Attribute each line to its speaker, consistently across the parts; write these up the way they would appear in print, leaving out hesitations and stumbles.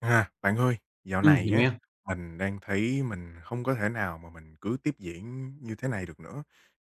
Speaker 1: À, bạn ơi, dạo này
Speaker 2: Mình
Speaker 1: á,
Speaker 2: nghe.
Speaker 1: mình đang thấy mình không có thể nào mà mình cứ tiếp diễn như thế này được nữa.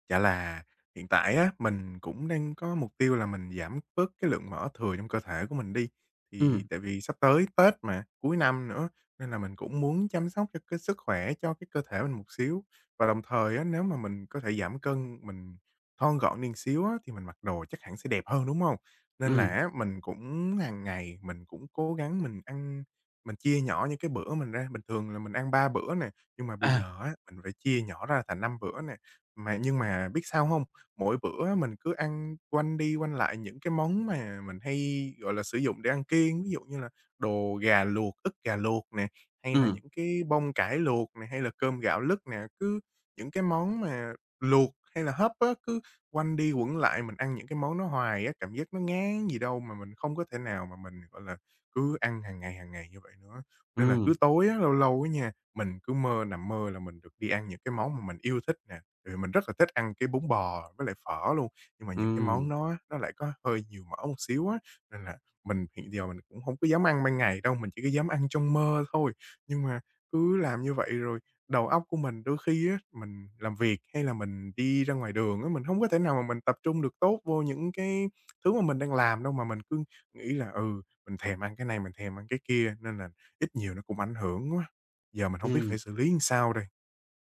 Speaker 1: Chả là hiện tại á, mình cũng đang có mục tiêu là mình giảm bớt cái lượng mỡ thừa trong cơ thể của mình đi. Thì
Speaker 2: Ừm,
Speaker 1: tại vì sắp tới Tết mà, cuối năm nữa, nên là mình cũng muốn chăm sóc cho cái sức khỏe, cho cái cơ thể mình một xíu. Và đồng thời á, nếu mà mình có thể giảm cân, mình thon gọn đi xíu á, thì mình mặc đồ chắc hẳn sẽ đẹp hơn, đúng không? Nên là
Speaker 2: ừm,
Speaker 1: á, mình cũng hàng ngày mình cũng cố gắng mình ăn mình chia nhỏ những cái bữa mình ra, bình thường là mình ăn 3 bữa nè, nhưng mà bây
Speaker 2: à,
Speaker 1: giờ á, mình phải chia nhỏ ra thành 5 bữa nè. Mà nhưng mà biết sao hông? Mỗi bữa mình cứ ăn quanh đi quanh lại những cái món mà mình hay, gọi là, sử dụng để ăn kiêng, ví dụ như là đồ gà luộc, ức gà luộc nè, hay là
Speaker 2: ừm,
Speaker 1: những cái bông cải luộc nè, hay là cơm gạo lứt nè, cứ những cái món mà luộc hay là hấp á, cứ quanh đi quẩn lại mình ăn những cái món đó hoài á, cảm giác nó ngán gì đâu mà mình không có thể nào mà mình, gọi là, cứ ăn hàng ngày như vậy nữa. Nên là cứ
Speaker 2: ừm,
Speaker 1: tối á, lâu lâu á nha, mình cứ mơ nằm mơ là mình được đi ăn những cái món mà mình yêu thích nè, tại vì mình rất là thích ăn cái bún bò với lại phở luôn, nhưng mà những cái
Speaker 2: ừm,
Speaker 1: món đó á, nó lại có hơi nhiều mỡ một xíu á, nên là mình hiện giờ mình cũng không có dám ăn ban ngày đâu, mình chỉ có dám ăn trong mơ thôi. Nhưng mà cứ làm như vậy rồi đầu óc của mình đôi khi á, mình làm việc hay là mình đi ra ngoài đường á, mình không có thể nào mà mình tập trung được tốt vô những cái thứ mà mình đang làm đâu, mà mình cứ nghĩ là, ừ, mình thèm ăn cái này, mình thèm ăn cái kia, nên là ít nhiều nó cũng ảnh hưởng quá. Giờ mình không biết
Speaker 2: ừm,
Speaker 1: phải xử lý làm sao đây.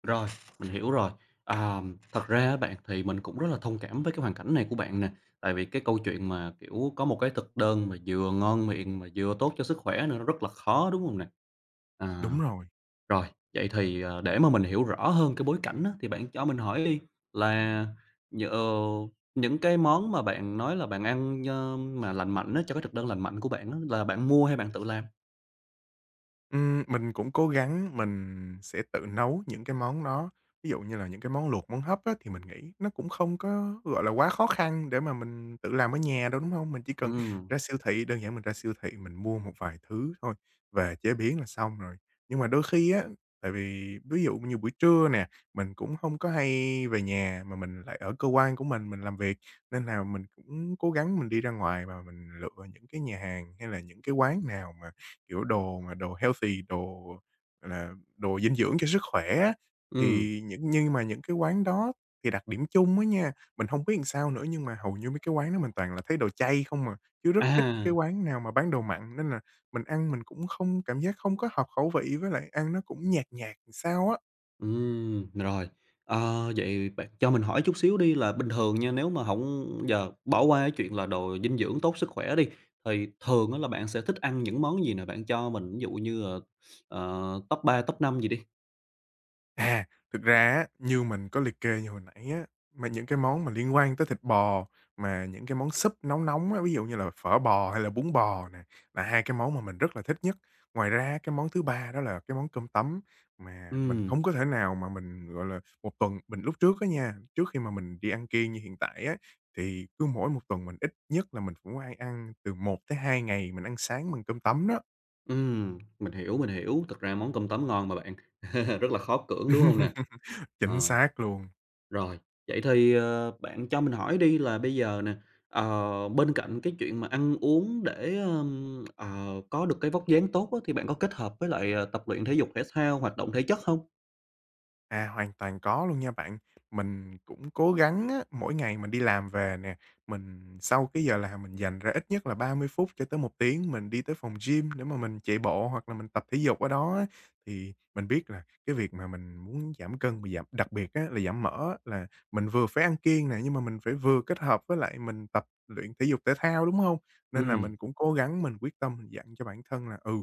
Speaker 2: rồi, mình hiểu rồi. À, thật ra á bạn thì mình cũng rất là thông cảm với cái hoàn cảnh này của bạn nè, tại vì cái câu chuyện mà, kiểu, có một cái thực đơn mà vừa ngon miệng mà vừa tốt cho sức khỏe nữa nó rất là khó, đúng hông nè? À,
Speaker 1: Đúng rồi.
Speaker 2: rồi, vậy thì, ờ, để mà mình hiểu rõ hơn cái bối cảnh á, thì bạn cho mình hỏi đi là nh ờ, những cái món mà bạn nói là bạn ăn, ơ, mà lành mạnh á, cho cái thực đơn lành mạnh của bạn á, là bạn mua hay bạn tự làm?
Speaker 1: Mình cũng cố gắng mình sẽ tự nấu những cái món đó, ví dụ như là những cái món luộc, món hấp á, thì mình nghĩ nó cũng không có, gọi là, quá khó khăn để mà mình tự làm ở nhà đâu, đúng hông? Mình chỉ cần
Speaker 2: Ừm.
Speaker 1: ra siêu thị, đơn giản mình ra siêu thị mình mua một vài thứ thôi, về chế biến là xong rồi. Nhưng mà đôi khi á, tại vì ví dụ như buổi trưa nè, mình cũng hông có hay về nhà mà mình lại ở cơ quan của mình làm việc, nên là mình cũng cố gắng mình đi ra ngoài và mình lựa những cái nhà hàng hay là những cái quán nào mà kiểu, đồ mà đồ healthy, đồ, gọi là, đồ dinh dưỡng cho sức khỏe á,
Speaker 2: Ừm,
Speaker 1: thì những nhưng mà những cái quán đó thì đặc điểm chung á nha, mình hông biết làm sao nữa nhưng mà hầu như mấy cái quán đó mình toàn là thấy đồ chay không à, chứ rất ít
Speaker 2: à,
Speaker 1: cái quán nào mà bán đồ mặn, nên là mình ăn mình cũng không cảm giác không có hợp khẩu vị với lại ăn nó cũng nhạt nhạt làm sao á.
Speaker 2: rồi. Ờ, vậy bạn cho mình hỏi chút xíu đi là bình thường nha, nếu mà hổng giờ bỏ qua cái chuyện là đồ dinh dưỡng tốt sức khỏe đi, thì thường á là bạn sẽ thích ăn những món gì nè? Bạn cho mình ví dụ như là, ờ, top 3, top 5 gì đi.
Speaker 1: À, thực ra á, như mình có liệt kê như hồi nãy á, mà những cái món mà liên quan tới thịt bò, mà những cái món súp nóng nóng á, ví dụ như là phở bò hay là bún bò nè, là hai cái món mà mình rất là thích nhất. Ngoài ra cái món thứ ba đó là cái món cơm tấm, mà mình
Speaker 2: Ừm,
Speaker 1: không có thể nào mà mình, gọi là, một tuần mình lúc trước á nha, trước khi mà mình đi ăn kiêng như hiện tại á, thì cứ mỗi một tuần mình ít nhất là mình cũng phải ăn từ một tới 2 ngày mình ăn sáng bằng cơm tấm đó.
Speaker 2: mình hiểu, mình hiểu. Thực ra món cơm tấm ngon mà bạn, rất là khó cưỡng, đúng hông nè?
Speaker 1: Chính
Speaker 2: Ờ.
Speaker 1: xác luôn.
Speaker 2: Rồi, vậy thì, ờ, bạn cho mình hỏi đi là bây giờ nè, ờ, bên cạnh cái chuyện mà ăn uống để, ờ, có được cái vóc dáng tốt á, thì bạn có kết hợp với lại, ờ, tập luyện thể dục thể thao, hoạt động thể chất không?
Speaker 1: À, hoàn toàn có luôn nha bạn. Mình cũng cố gắng á, mỗi ngày mình đi làm về nè, mình sau cái giờ làm mình dành ra ít nhất là 30 phút cho tới một tiếng mình đi tới phòng gym để mà mình chạy bộ hoặc là mình tập thể dục ở đó á. Thì mình biết là cái việc mà mình muốn giảm cân mà giảm đặc biệt á, là giảm mỡ á, là mình vừa phải ăn kiêng nè, nhưng mà mình phải vừa kết hợp với lại mình tập luyện thể dục thể thao, đúng không? Nên là
Speaker 2: Ừm,
Speaker 1: mình cũng cố gắng, mình quyết tâm mình dặn cho bản thân là, ừ,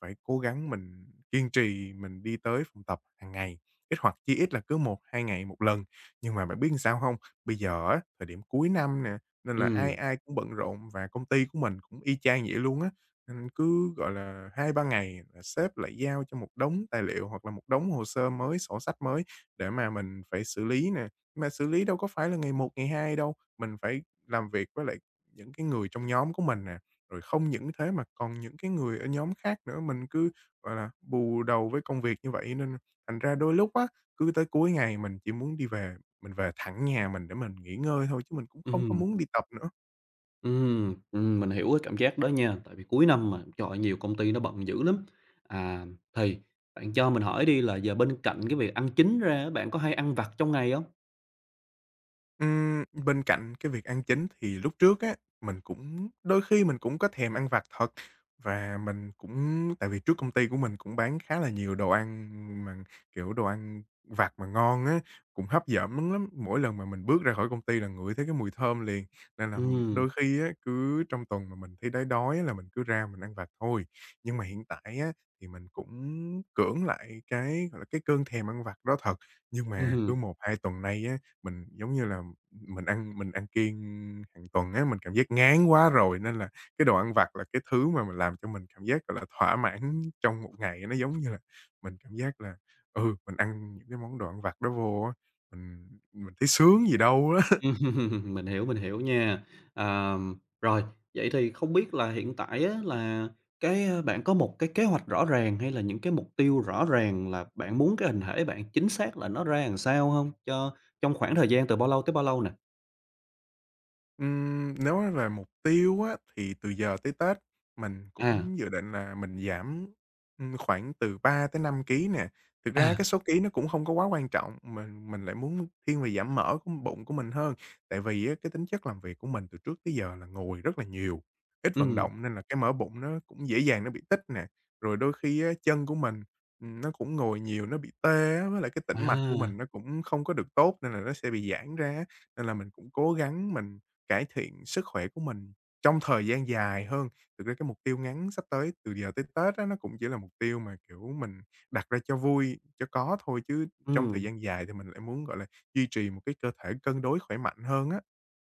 Speaker 1: phải cố gắng mình kiên trì mình đi tới phòng tập hàng ngày, ít hoặc chí ít là cứ một hai ngày một lần. Nhưng mà bạn biết làm sao không? Bây giờ á, thời điểm cuối năm nè, nên là ai
Speaker 2: ừm,
Speaker 1: ai cũng bận rộn và công ty của mình cũng y chang vậy luôn á, nên cứ, gọi là, hai ba ngày là sếp lại giao cho một đống tài liệu hoặc là một đống hồ sơ mới, sổ sách mới để mà mình phải xử lý nè. Nhưng mà xử lý đâu có phải là ngày một ngày 2 đâu, mình phải làm việc với lại những cái người trong nhóm của mình nè. Rồi không những thế mà còn những cái người ở nhóm khác nữa, mình cứ, gọi là, bù đầu với công việc như vậy nên thành ra đôi lúc á, cứ tới cuối ngày mình chỉ muốn đi về, mình về thẳng nhà mình để mình nghỉ ngơi thôi chứ mình cũng không có
Speaker 2: ừm,
Speaker 1: muốn đi tập nữa.
Speaker 2: mình hiểu cái cảm giác đó nha, tại vì cuối năm mà, trời ơi, nhiều công ty nó bận dữ lắm. À, thì bạn cho mình hỏi đi là giờ bên cạnh cái việc ăn chính ra bạn có hay ăn vặt trong ngày không?
Speaker 1: Bên cạnh cái việc ăn chính thì lúc trước á, mình cũng đôi khi mình cũng có thèm ăn vặt thật và mình cũng tại vì trước công ty của mình cũng bán khá là nhiều đồ ăn mà, kiểu, đồ ăn vặt mà ngon á, cũng hấp dẫn lắm. Mỗi lần mà mình bước ra khỏi công ty là ngửi thấy cái mùi thơm liền, nên là đôi
Speaker 2: Ừm,
Speaker 1: khi á, cứ trong tuần mà mình thấy đói đói á là mình cứ ra mình ăn vặt thôi. Nhưng mà hiện tại á, thì mình cũng cưỡng lại cái, gọi là, cái cơn thèm ăn vặt đó thật, nhưng mà cứ
Speaker 2: ừm.
Speaker 1: một hai tuần nay á, mình, giống như là, mình ăn kiêng hàng tuần á, mình cảm giác ngán quá rồi nên là cái đồ ăn vặt là cái thứ mà mình làm cho mình cảm giác, gọi là, thỏa mãn trong một ngày. Nó giống như là mình cảm giác là, ừ, mình ăn những cái món đồ ăn vặt đó vô á, mình mình thấy sướng gì đâu á.
Speaker 2: Ừm, mình hiểu nha. Ờm, Rồi, vậy thì không biết là hiện tại á là cái, a, bạn có một cái kế hoạch rõ ràng hay là những cái mục tiêu rõ ràng là bạn muốn cái hình thể bạn chính xác là nó ra làm sao không? Cho trong khoảng thời gian từ bao lâu tới bao lâu nè?
Speaker 1: Nếu nói về mục tiêu á, thì từ giờ tới Tết mình
Speaker 2: À,
Speaker 1: cũng dự định là mình giảm, khoảng từ 3 tới 5 ký nè. Thực ra
Speaker 2: à,
Speaker 1: cái số ký nó cũng không có quá quan trọng, mình lại muốn thiên về giảm mỡ của bụng của mình hơn. Tại vì á, cái tính chất làm việc của mình từ trước tới giờ là ngồi rất là nhiều, ít vận
Speaker 2: ừm,
Speaker 1: động nên là cái mỡ bụng nó cũng dễ dàng nó bị tích nè. Rồi đôi khi á, chân của mình, nó cũng ngồi nhiều nó bị tê á, với lại cái tĩnh mạch của
Speaker 2: à,
Speaker 1: mình nó cũng không có được tốt nên là nó sẽ bị giãn ra. Nên là mình cũng cố gắng mình cải thiện sức khỏe của mình trong thời gian dài hơn. Thực ra cái mục tiêu ngắn sắp tới từ giờ tới Tết á, nó cũng chỉ là mục tiêu mà, kiểu, mình đặt ra cho vui, cho có thôi, chứ trong thời
Speaker 2: ừm,
Speaker 1: gian dài thì mình lại muốn, gọi là, duy trì một cái cơ thể cân đối khỏe mạnh hơn á.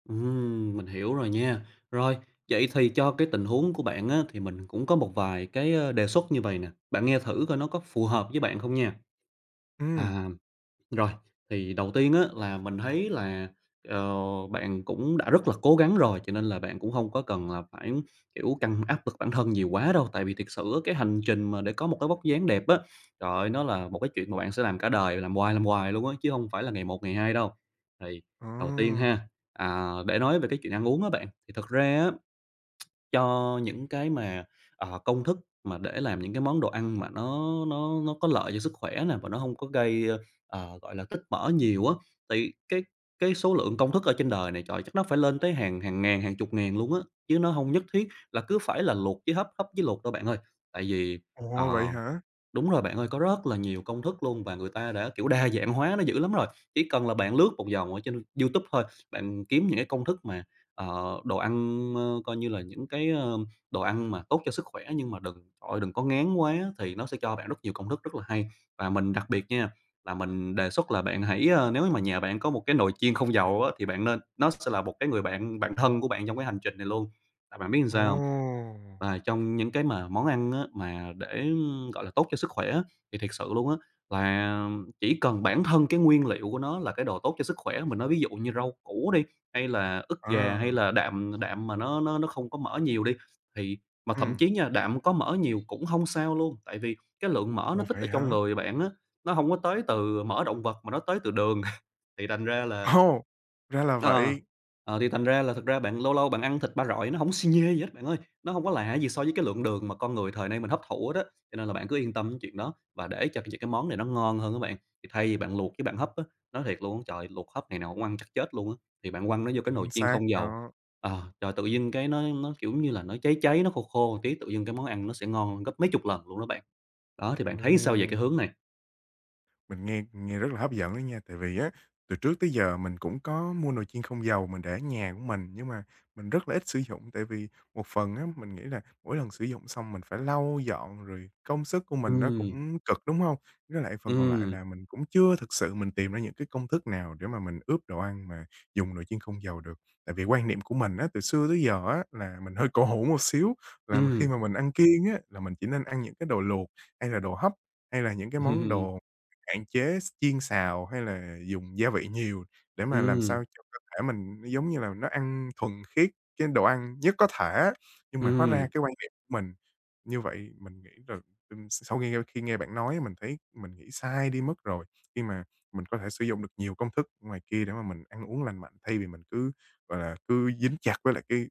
Speaker 2: mình hiểu rồi nha. Rồi, vậy thì cho cái tình huống của bạn á thì mình cũng có một vài cái, ơ, đề xuất như vậy nè, bạn nghe thử coi nó có phù hợp với bạn không nha.
Speaker 1: Ừ,
Speaker 2: À. Rồi, thì đầu tiên á là mình thấy là, ờ, bạn cũng đã rất là cố gắng rồi, cho nên là bạn cũng không có cần là phải, kiểu, căng áp lực bản thân nhiều quá đâu. Tại vì thiệt sự á cái hành trình mà để có một cái vóc dáng đẹp á, trời ơi, nó là một cái chuyện mà bạn sẽ làm cả đời, làm hoài luôn á, chứ không phải là ngày một, ngày hai đâu. Thì
Speaker 1: ờ.
Speaker 2: đầu tiên ha, à, để nói về cái chuyện ăn uống á bạn, thì thật ra á cho những cái mà, ờ, công thức mà để làm những cái món đồ ăn mà nó có lợi cho sức khỏe nè, và nó không có gây, ờ, gọi là, tích mỡ nhiều á, thì cái số lượng công thức ở trên đời này, trời, chắc nó phải lên tới hàng hàng ngàn, hàng chục ngàn luôn á, chứ nó không nhất thiết là cứ phải là luộc với hấp, hấp với luộc đâu bạn ơi. Tại vì,
Speaker 1: Ồ,
Speaker 2: ờ,
Speaker 1: vậy hả?
Speaker 2: đúng rồi bạn ơi, có rất là nhiều công thức luôn và người ta đã, kiểu, đa dạng hóa nó dữ lắm rồi. Chỉ cần là bạn lướt một vòng ở trên YouTube thôi, bạn kiếm những cái công thức mà, ờ, đồ ăn, ơ, coi như là những cái, ơ, đồ ăn mà tốt cho sức khỏe nhưng mà đừng trời đừng có ngán quá thì nó sẽ cho bạn rất nhiều công thức rất là hay. Và mình đặc biệt nha, là mình đề xuất là bạn hãy, ơ, nếu mà nhà bạn có một cái nồi chiên không dầu á, thì bạn nên nó sẽ là một cái người bạn bạn thân của bạn trong cái hành trình này luôn. Tại bạn biết làm sao hông?
Speaker 1: Ồ,
Speaker 2: Và trong những cái mà món ăn á, mà để, gọi là, tốt cho sức khỏe á, thì thiệt sự luôn á, là chỉ cần bản thân cái nguyên liệu của nó là cái đồ tốt cho sức khỏe, mình nói ví dụ như rau củ đi, hay là ức gà, hay
Speaker 1: à,
Speaker 2: là đạm đạm mà nó không có mỡ nhiều đi, thì mà thậm
Speaker 1: ừ,
Speaker 2: chí nha, đạm có mỡ nhiều cũng không sao luôn, tại vì cái lượng mỡ nó
Speaker 1: ồ,
Speaker 2: tích ở
Speaker 1: vậy
Speaker 2: trong
Speaker 1: hả?
Speaker 2: người bạn á, nó không có tới từ mỡ động vật mà nó tới từ đường, thì thành ra là.
Speaker 1: Ồ, ra là
Speaker 2: Ờ,
Speaker 1: vậy,
Speaker 2: ờ, thì thành ra là thật ra bạn lâu lâu bạn ăn thịt ba rọi nó hổng xi nhê gì hết bạn ơi, nó hông có lạ gì so với cái lượng đường mà con người thời nay mình hấp thụ hết á. Cho nên là bạn cứ yên tâm cái chuyện đó và để cho những cái món này nó ngon hơn á bạn, thì thay vì bạn luộc với bạn hấp á, nói thiệt luôn á, trời, luộc hấp ngày nào cũng ăn chắc chết luôn á, thì bạn quăng nó vô cái nồi
Speaker 1: chính
Speaker 2: chiên
Speaker 1: xác
Speaker 2: không dầu.
Speaker 1: đó.
Speaker 2: Ờ, trời, tự dưng cái nó, kiểu như là, nó cháy cháy, nó khô khô một tí, tự dưng cái món ăn nó sẽ ngon hơn gấp mấy chục lần luôn đó bạn. Đó, thì bạn thấy sao về
Speaker 1: Ồ.
Speaker 2: cái hướng này?
Speaker 1: Mình nghe nghe rất là hấp dẫn đó nha, tại vì á, từ trước tới giờ mình cũng có mua nồi chiên không dầu mình để ở nhà của mình, nhưng mà mình rất là ít sử dụng, tại vì một phần á, mình nghĩ là mỗi lần sử dụng xong mình phải lau dọn rồi công sức của mình nó
Speaker 2: Ừm,
Speaker 1: cũng cực, đúng không? Với lại phần còn lại
Speaker 2: ừm,
Speaker 1: là mình cũng chưa thực sự mình tìm ra những cái công thức nào để mà mình ướp đồ ăn mà dùng nồi chiên không dầu được. Tại vì quan niệm của mình á, từ xưa tới giờ á, là mình hơi cổ hủ một xíu, là mà khi
Speaker 2: ừm,
Speaker 1: mà mình ăn kiêng á, là mình chỉ nên ăn những cái đồ luộc hay là đồ hấp, hay là những cái món đồ hạn chế chiên xào hay là dùng gia vị nhiều để mà làm
Speaker 2: ừm,
Speaker 1: sao cho cơ thể mình nó, giống như là, nó ăn thuần khiết cái đồ ăn nhất có thể. Nhưng mà hóa ra
Speaker 2: ừm.
Speaker 1: cái quan điểm của mình như vậy, mình nghĩ là, sau khi nghe bạn nói mình thấy mình nghĩ sai đi mất rồi, khi mà mình có thể sử dụng được nhiều công thức ngoài kia để mà mình ăn uống lành mạnh, thay vì mình cứ, gọi là, cứ dính chặt với lại cái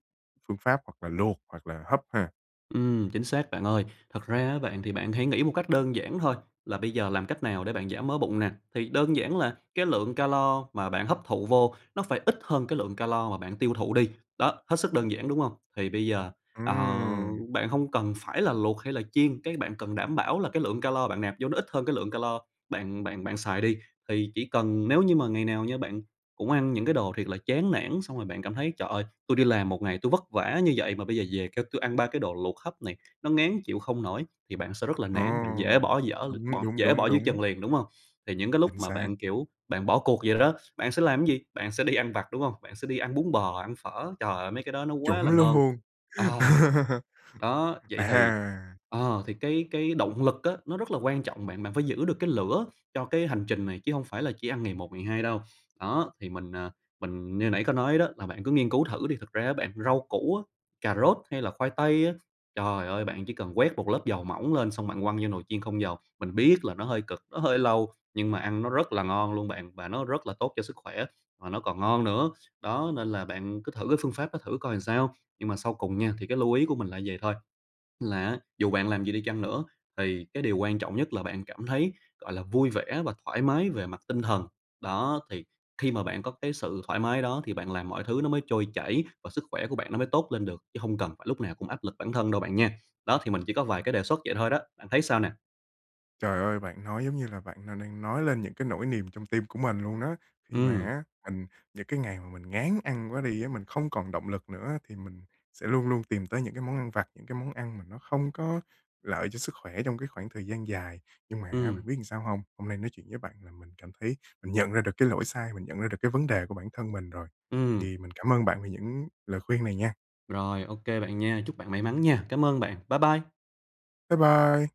Speaker 1: phương pháp hoặc là luộc hoặc là hấp ha.
Speaker 2: Chính xác bạn ơi. Thật ra á bạn, thì bạn hãy nghĩ một cách đơn giản thôi, là bây giờ làm cách nào để bạn giảm mỡ bụng nè. Thì đơn giản là cái lượng calo mà bạn hấp thụ vô nó phải ít hơn cái lượng calo mà bạn tiêu thụ đi. Đó, hết sức đơn giản, đúng không? Thì bây giờ, ờ,
Speaker 1: Ừm,
Speaker 2: bạn không cần phải là luộc hay là chiên, cái bạn cần đảm bảo là cái lượng calo bạn nạp vô nó ít hơn cái lượng calo bạn bạn bạn xài đi. Thì chỉ cần nếu như mà ngày nào nha, bạn cũng ăn những cái đồ thiệt là chán nản, xong rồi bạn cảm thấy "Trời ơi! Tôi đi làm một ngày tôi vất vả như vậy mà bây giờ về kêu tôi ăn 3 cái đồ luộc hấp này, nó ngán chịu không nổi", thì bạn sẽ rất là nản, bạn dễ
Speaker 1: ồ,
Speaker 2: bỏ dở l
Speaker 1: đúng,
Speaker 2: bỏ
Speaker 1: đúng,
Speaker 2: dễ bỏ
Speaker 1: đúng,
Speaker 2: dưới
Speaker 1: đúng,
Speaker 2: chân liền, đúng không? Thì những cái lúc
Speaker 1: chính
Speaker 2: mà
Speaker 1: xác.
Speaker 2: bạn, kiểu, bạn bỏ cuộc vậy đó, bạn sẽ làm cái gì? Bạn sẽ đi ăn vặt, đúng không? Bạn sẽ đi ăn bún bò, ăn phở, trời ơi, mấy cái đó nó quá
Speaker 1: Chuẩn
Speaker 2: là ngon.
Speaker 1: luôn.
Speaker 2: Ờ, đó, vậy thì
Speaker 1: À,
Speaker 2: ờ, thì cái động lực á, nó rất là quan trọng bạn, bạn phải giữ được cái lửa cho cái hành trình này chứ không phải là chỉ ăn ngày một ngày 2 đâu. Đó, thì mình, à, mình như nãy có nói đó là bạn cứ nghiên cứu thử đi, thực ra á bạn rau củ á, cà rốt hay là khoai tây á, trời ơi, bạn chỉ cần quét một lớp dầu mỏng lên xong bạn quăng vô nồi chiên không dầu. Mình biết là nó hơi cực, nó hơi lâu, nhưng mà ăn nó rất là ngon luôn bạn, và nó rất là tốt cho sức khỏe, và nó còn ngon nữa. Đó, nên là bạn cứ thử cái phương pháp đó thử coi làm sao. Nhưng mà sau cùng nha, thì cái lưu ý của mình là vậy thôi là á, dù bạn làm gì đi chăng nữa thì cái điều quan trọng nhất là bạn cảm thấy, gọi là, vui vẻ và thoải mái về mặt tinh thần. Đó, thì khi mà bạn có cái sự thoải mái đó thì bạn làm mọi thứ nó mới trôi chảy và sức khỏe của bạn nó mới tốt lên được, chứ không cần phải lúc nào cũng áp lực bản thân đâu bạn nha. Đó, thì mình chỉ có vài cái đề xuất vậy thôi đó, bạn thấy sao nè?
Speaker 1: trời ơi, bạn nói giống như là bạn đang nói lên những cái nỗi niềm trong tim của mình luôn đó. Khi mà
Speaker 2: Ừ,
Speaker 1: á, mình những cái ngày mà mình ngán ăn quá đi á, mình không còn động lực nữa thì mình sẽ luôn luôn tìm tới những cái món ăn vặt, những cái món ăn mà nó không có lợi cho sức khỏe trong cái khoảng thời gian dài. Nhưng mà á,
Speaker 2: ừ,
Speaker 1: bạn biết làm sao không? Hôm nay nói chuyện với bạn là mình cảm thấy mình nhận ra được cái lỗi sai, mình nhận ra được cái vấn đề của bản thân mình rồi.
Speaker 2: ừm.
Speaker 1: Thì mình cảm ơn bạn vì những lời khuyên này nha.
Speaker 2: Rồi, OK bạn nha, chúc bạn may mắn nha. Cảm ơn bạn. Bye bye.
Speaker 1: Bye bye.